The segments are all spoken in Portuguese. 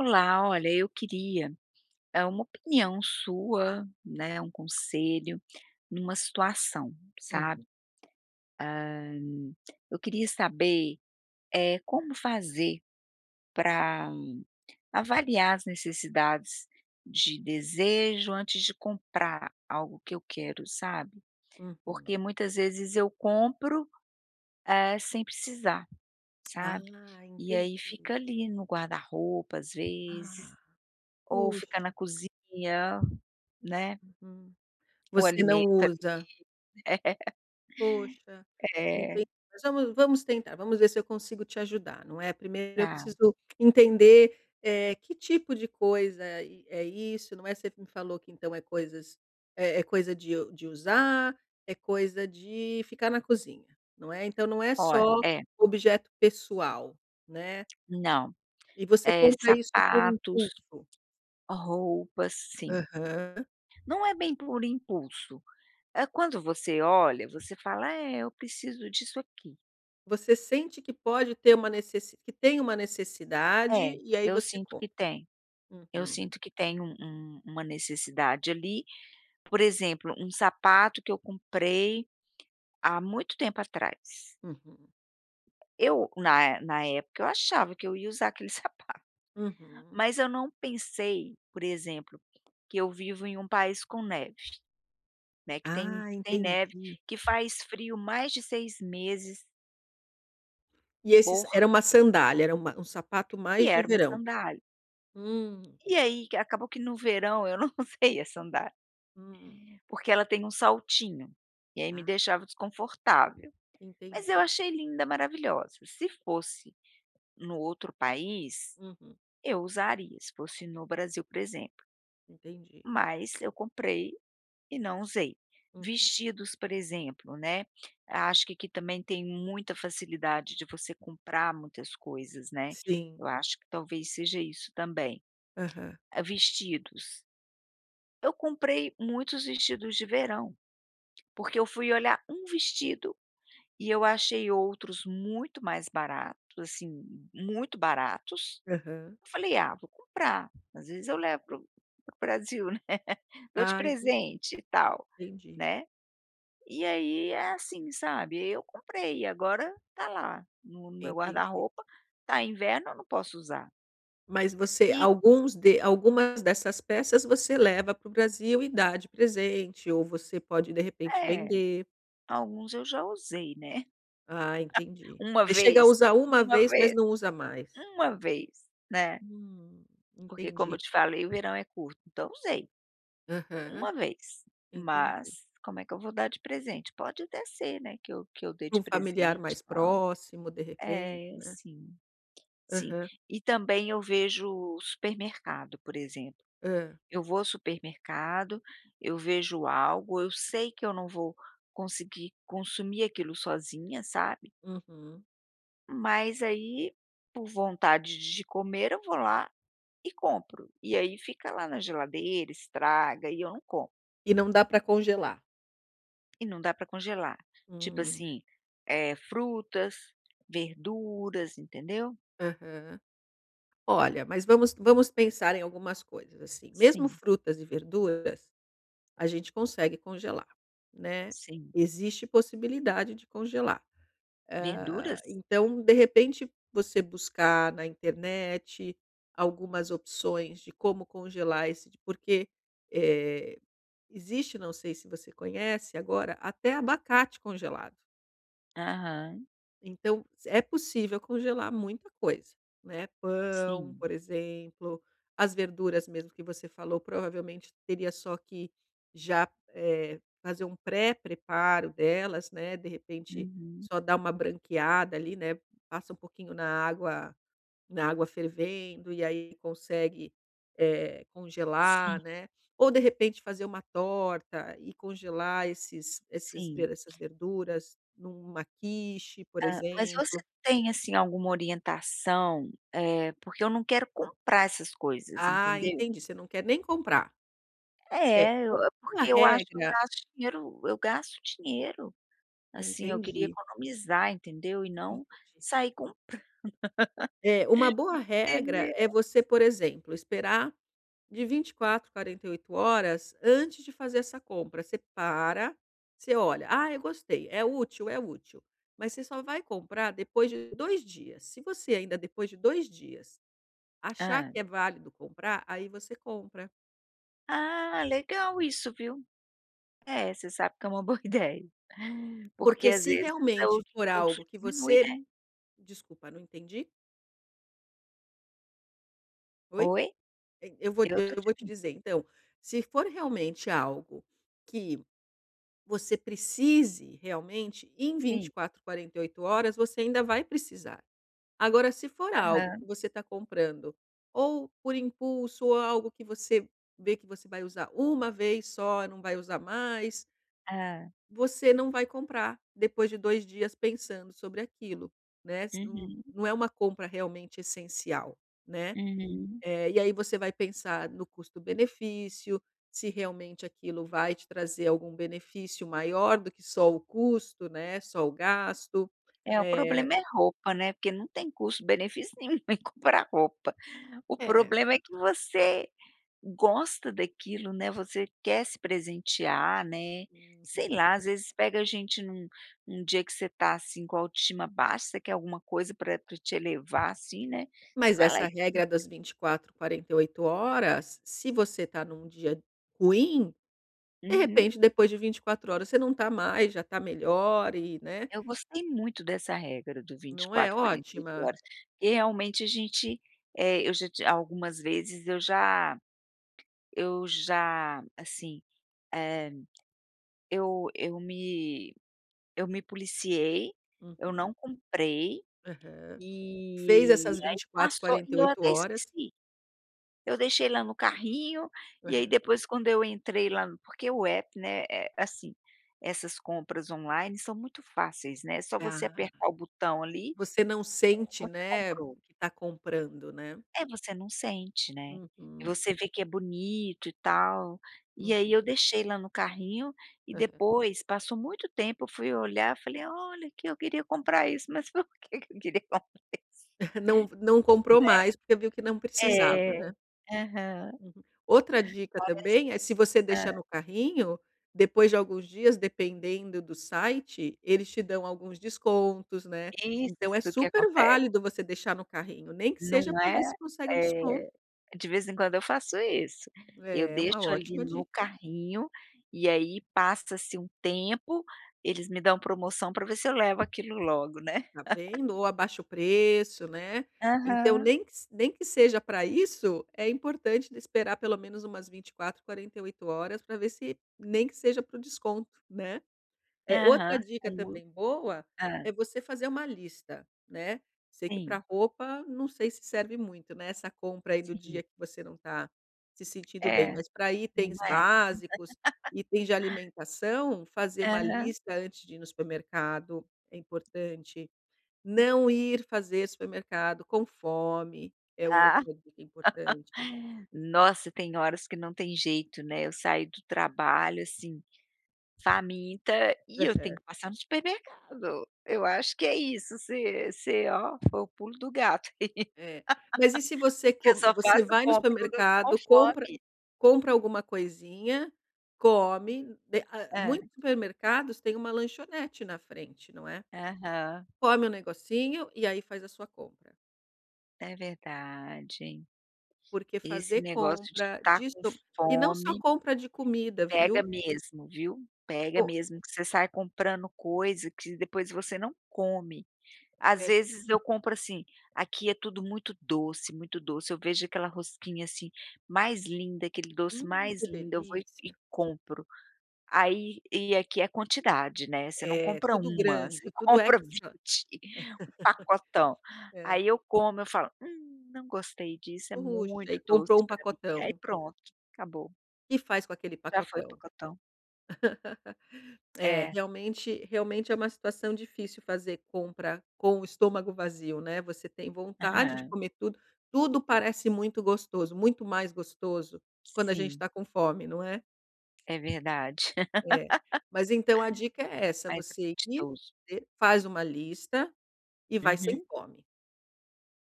Olá, olha, eu queria, é uma opinião sua, né, um conselho numa situação, sabe. Uhum, Eu queria saber, é como fazer para avaliar as necessidades de desejo antes de comprar algo que eu quero, sabe. Porque uhum. muitas vezes eu compro, sem precisar, sabe. Ah, E aí entendi. fica ali no guarda-roupa, às Ah. vezes, ou fica Poxa, na cozinha, né. uhum. O Você não alimento usa. é, Poxa, é, entendi. Mas vamos tentar, vamos ver se eu consigo te ajudar, não é. Primeiro eu tá. preciso entender, que tipo de coisa é isso, não é. Você me falou que então é coisas é coisa de u de usar, é coisa de ficar na cozinha, não é. Então não é Olha, só é, objeto pessoal, né. não, E você compra isso por sapatos, impulso? roupas, sim. Aham. Não é bem por impulso, é quando você olha, você fala: "É, eu preciso disso aqui". Você sente que pode ter uma necessi que tem uma necessidade, É, e aí eu você sinto compra. que tem, eu Uhum, sinto que tem uma necessidade ali, por exemplo, um sapato que eu comprei há muito tempo atrás. uhum, Eu na época eu achava que eu ia usar aquele sapato. uhum. Mas eu não pensei, por exemplo, que eu vivo em um país com neve, né, que tem Ah, tem neve, entendi. que faz frio mais de 6 meses E esses por era uma sandália, era uma um sapato e mais de era uma verão. sandália. Hum, E aí que acabou que no verão eu não usei a sandália, hum. porque ela tem um saltinho, e aí me Ah, deixava desconfortável. Mas eu entendi. achei linda, maravilhosa. Se fosse no outro país, Uhum, eu usaria, se fosse no Brasil, por exemplo. entendi. Mas eu comprei e não usei. Uhum. Vestidos, por exemplo, né, acho que aqui também tem muita facilidade de você comprar muitas coisas, né, Sim. eu acho que talvez seja isso também. Aham, Ah, vestidos, eu comprei muitos vestidos de verão, porque eu fui olhar um vestido e eu achei outros muito mais baratos, assim, muito baratos. aham. Eu falei: "Ah, vou comprar, às vezes eu levo para o Brasil, né, dou de Ah, presente e tal", entendi, né. E aí é assim, sabe, eu comprei e agora tá lá no meu entendi. guarda-roupa, tá inverno, eu não posso usar. Mas você E alguns de algumas dessas peças você leva para o Brasil e dá de presente, ou você pode de repente é, vender. alguns eu já usei, né, Ah, entendi. uma Você chega a vez, usar uma uma vez, mas vez, não usa mais. uma vez, né, Hum, porque como eu entendi. te falei o verão é curto, então usei Aham, uma vez, entendi. mas como é que eu vou dar de presente? Pode até ser, né, que eu dê Para de um familiar presente mais e tal. próximo, de repente, É, né. sim, sim. Aham. E também eu vejo supermercado, por exemplo. Hã. Eu vou ao supermercado, eu vejo algo, eu sei que eu não vou conseguir consumir aquilo sozinha, sabe, Uhum. mas aí, por vontade de comer, eu vou lá e compro. E aí fica lá na geladeira, estraga e eu não como. E não dá para congelar? E não dá para congelar. Tipo Hum. assim, frutas, verduras, entendeu? Aham. Olha, mas vamos pensar em algumas coisas, assim, mesmo Sim, frutas e verduras. A gente consegue congelar, né. sim. Existe possibilidade de congelar. Hã, Verduras? então, de repente, você buscar na internet algumas opções de como congelar esse porque, eh, existe, não sei se você conhece agora, até abacate congelado. Aham, Então, é possível congelar muita coisa, né, pão, sim. por exemplo, as verduras mesmo que você falou, provavelmente teria só que já, fazer um pré-preparo delas, né, de repente, Uhum. só dar uma branqueada ali, né, passa um pouquinho na água fervendo, e aí consegue, congelar, Sim, né. Ou de repente fazer uma torta e congelar esses esses sim. ver essas verduras numa quiche, por Hã, mas você exemplo. tem, assim, alguma orientação? Porque eu não quero comprar essas coisas, Ah, entendeu? entendi, você não quer nem comprar. É, É, uma eu é boa porque eu acho que regra eu gasto dinheiro, é, assim, eu queria entendi, economizar, entendeu? E não entendi. sair com É, uma boa regra é entender. você, por exemplo, esperar de 24, 48 horas antes de fazer essa compra, você para, você olha: "Ah, eu gostei, é útil", mas você só vai comprar depois de 2 dias. Se você ainda depois de 2 dias achar Hã. que é válido comprar, aí você compra. Ah, legal isso, viu? É, você sabe que é uma boa ideia. Porque Porque às se vezes é o realmente for impulso algo que diminui, você, né. desculpa, não entendi. Oi? Oi? E eu vou Eu tô eu te vou te ouvindo. dizer então, se for realmente algo que você precise realmente, em vinte Sim. e quatro quarenta e oito horas você ainda vai precisar. Agora se for algo Aham. que você está comprando, ou por impulso, ou algo que você vê que você vai usar uma vez só, não vai usar mais, Hã. você não vai comprar depois de 2 dias pensando sobre aquilo, né, se não Uhum. não é uma compra realmente essencial, né. Uhum. E aí você vai pensar no custo-benefício, se realmente aquilo vai te trazer algum benefício maior do que só o custo, né, só o gasto. É, o Eh problema é roupa, né, porque não tem custo-benefício nenhum em comprar roupa. O É. problema é que você gosta daquilo, né, você quer se presentear, né. Sei Uhum. lá, às vezes pega a gente num dia que você tá, assim, com a autoestima baixa, você quer alguma coisa para te elevar, assim, né, você Mas vai lá essa e regra das 24, 48 horas, se você está num dia ruim, de uhum. repente depois de 24 horas você não está mais, já está melhor e, né, Eu gostei muito dessa regra do não é 24, 48 ótima? horas. E realmente a gente, eu já ti algumas vezes, eu já, assim, eh Eu eu me eu me policiei, eu não Uhum, comprei, aham. Fez e essas aí 24, passou e eu 48 até horas. esqueci. Eu deixei lá no carrinho, e aí Aham. depois quando eu entrei lá no porque o app, né, assim, essas compras online são muito fáceis, né, é só você Ah, apertar o botão ali, você não sente, você né, comprou. que está comprando, né. É, você não sente, né. E Uhum, você vê que é bonito e tal, e aí uhum, eu deixei lá no carrinho e aham. depois passou muito tempo, eu fui olhar, falei: "Olha que eu queria comprar isso, mas por que que eu queria comprar isso?". Não, não comprou mais porque viu que não precisava, É, né. aham, Uhum. Outra dica parece também é se você hã, deixar no carrinho, depois de alguns dias, dependendo do site, eles te dão alguns descontos, né. Então é isso que super acontece, válido você deixar no carrinho, nem que não seja para é? ver se consegue um desconto. É, de vez em quando eu faço isso, eu É uma deixo ali ótima no dica, carrinho, e aí passa-se um tempo, eles me dão promoção para ver se eu levo aquilo logo, né. tá vendo? Ou abaixa o preço, né. Então Aham, nem que seja para isso, é importante de esperar pelo menos umas 24, 48 horas para ver se nem que seja para o desconto, né. É, aham, outra dica saiu. também boa Hã, é você fazer uma lista, né. Sei que para sim, roupa não sei se serve muito, né, essa compra aí do sim. dia que você não está se sentindo bem, É, mas para não itens é? básicos, itens de alimentação, fazer uma Aham. lista antes de ir no supermercado é importante. Não ir fazer supermercado com fome é Ah, outra dica importante. nossa, tem horas que não tem jeito, né, eu saio do trabalho, assim, faminta e eu tenho Aham. que passar no supermercado. Eu acho que é isso, você, ó, foi o pulo do gato, É. Mas e se você que eu co só você faço vai no compra quando eu tô com supermercado, compra fome. compra alguma coisinha, come, Hã, muitos supermercados têm uma lanchonete na frente, não é. aham, Come um negocinho e aí faz a sua compra, é verdade. porque Esse fazer negócio de compra estar de com so e não só fome compra de comida, pega viu. mesmo, viu. Pega Co mesmo que você sai comprando coisa que depois você não come. Às é ver vezes eu compro assim, aqui é tudo muito doce, eu vejo aquela rosquinha, assim, mais linda, aquele doce mais que lindo, eu vou e delícia. compro. Aí e aqui é quantidade, né, você não É, compra tudo uma, você grande, tudo compra extra. 20, um pacotão. É. Aí eu como, eu falo: não gostei disso, é Puxa, muito e doce comprou um para mim". Aí pacotão. pronto, acabou, Que faz com aquele já foi o pacotão? pacotão. É, É. realmente é uma situação difícil fazer compra com o estômago vazio, né, você tem vontade de Aham, comer tudo, tudo parece muito gostoso, muito mais gostoso quando a gente sim, está com fome, não é? é verdade, É. Mas então a dica é essa, mais você ir, apetitoso. Faz uma lista e vai sem Uhum, fome,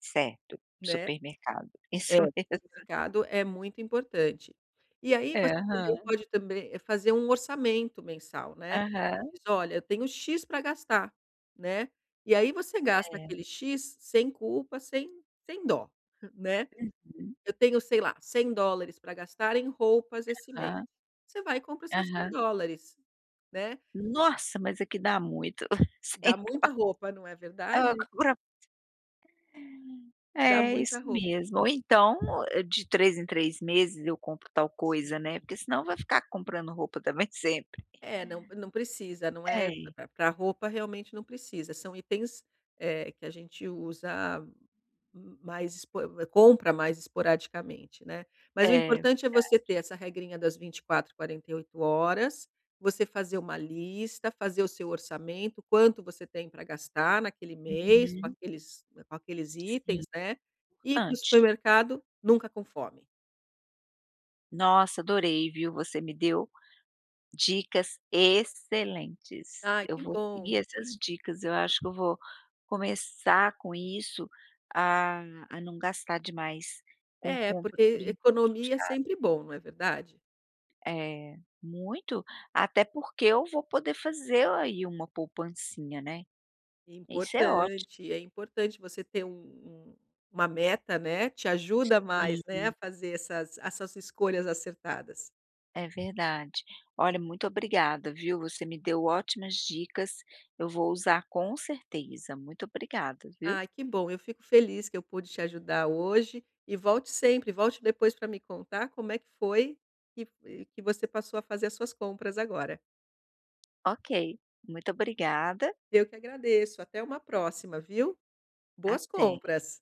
certo, né. supermercado, isso É, o mesmo. mercado é muito importante. E aí É, você também aham, pode também, fazer um orçamento mensal, né. Você aham, diz: "Olha, eu tenho X para gastar", né. E aí você gasta é, aquele X sem culpa, sem dó, né. uhum, Eu tenho, sei lá, US$ 100 para gastar em roupas esse mês. aham, Você vai e compra seus cem aham. dólares, né. Nossa, mas aqui dá muito, sem Dá muita co- roupa, não é eu verdade? compro Dá é, muita isso roupa. mesmo, ou então, de 3 em 3 meses eu compro tal coisa, né, Sim. porque senão vai ficar comprando roupa também sempre. É, não, não precisa, não é É, para roupa realmente não precisa, são itens, que a gente usa mais espo compra mais esporadicamente, né. Mas o é, importante é você ter essa regrinha das 24, 48 horas, você fazer uma lista, fazer o seu orçamento, quanto você tem para gastar naquele mês com uhum, aqueles sim, itens, né. E para o importante. supermercado nunca com fome. Nossa, adorei, viu, você me deu dicas excelentes. Ai, Eu que vou seguir bom. essas dicas, eu acho que eu vou começar com isso, a a não gastar demais com É, compra por porque impulso, economia é sabe. sempre bom, não é verdade? É, muito, até porque eu vou poder fazer aí uma poupancinha, né. É Isso é ótimo. importante, é importante você ter um um uma meta, né, te ajuda mais, né, a Sim, fazer essas escolhas acertadas. é verdade. Olha, muito obrigada, viu, você me deu ótimas dicas, eu vou usar com certeza. Muito obrigada, viu. Ah, que bom, eu fico feliz que eu pude te ajudar hoje e volte sempre, volte depois para me contar como é que foi que que você passou a fazer as suas compras agora. Ok, muito obrigada, Eu que agradeço, até uma próxima, viu. Boas até. compras.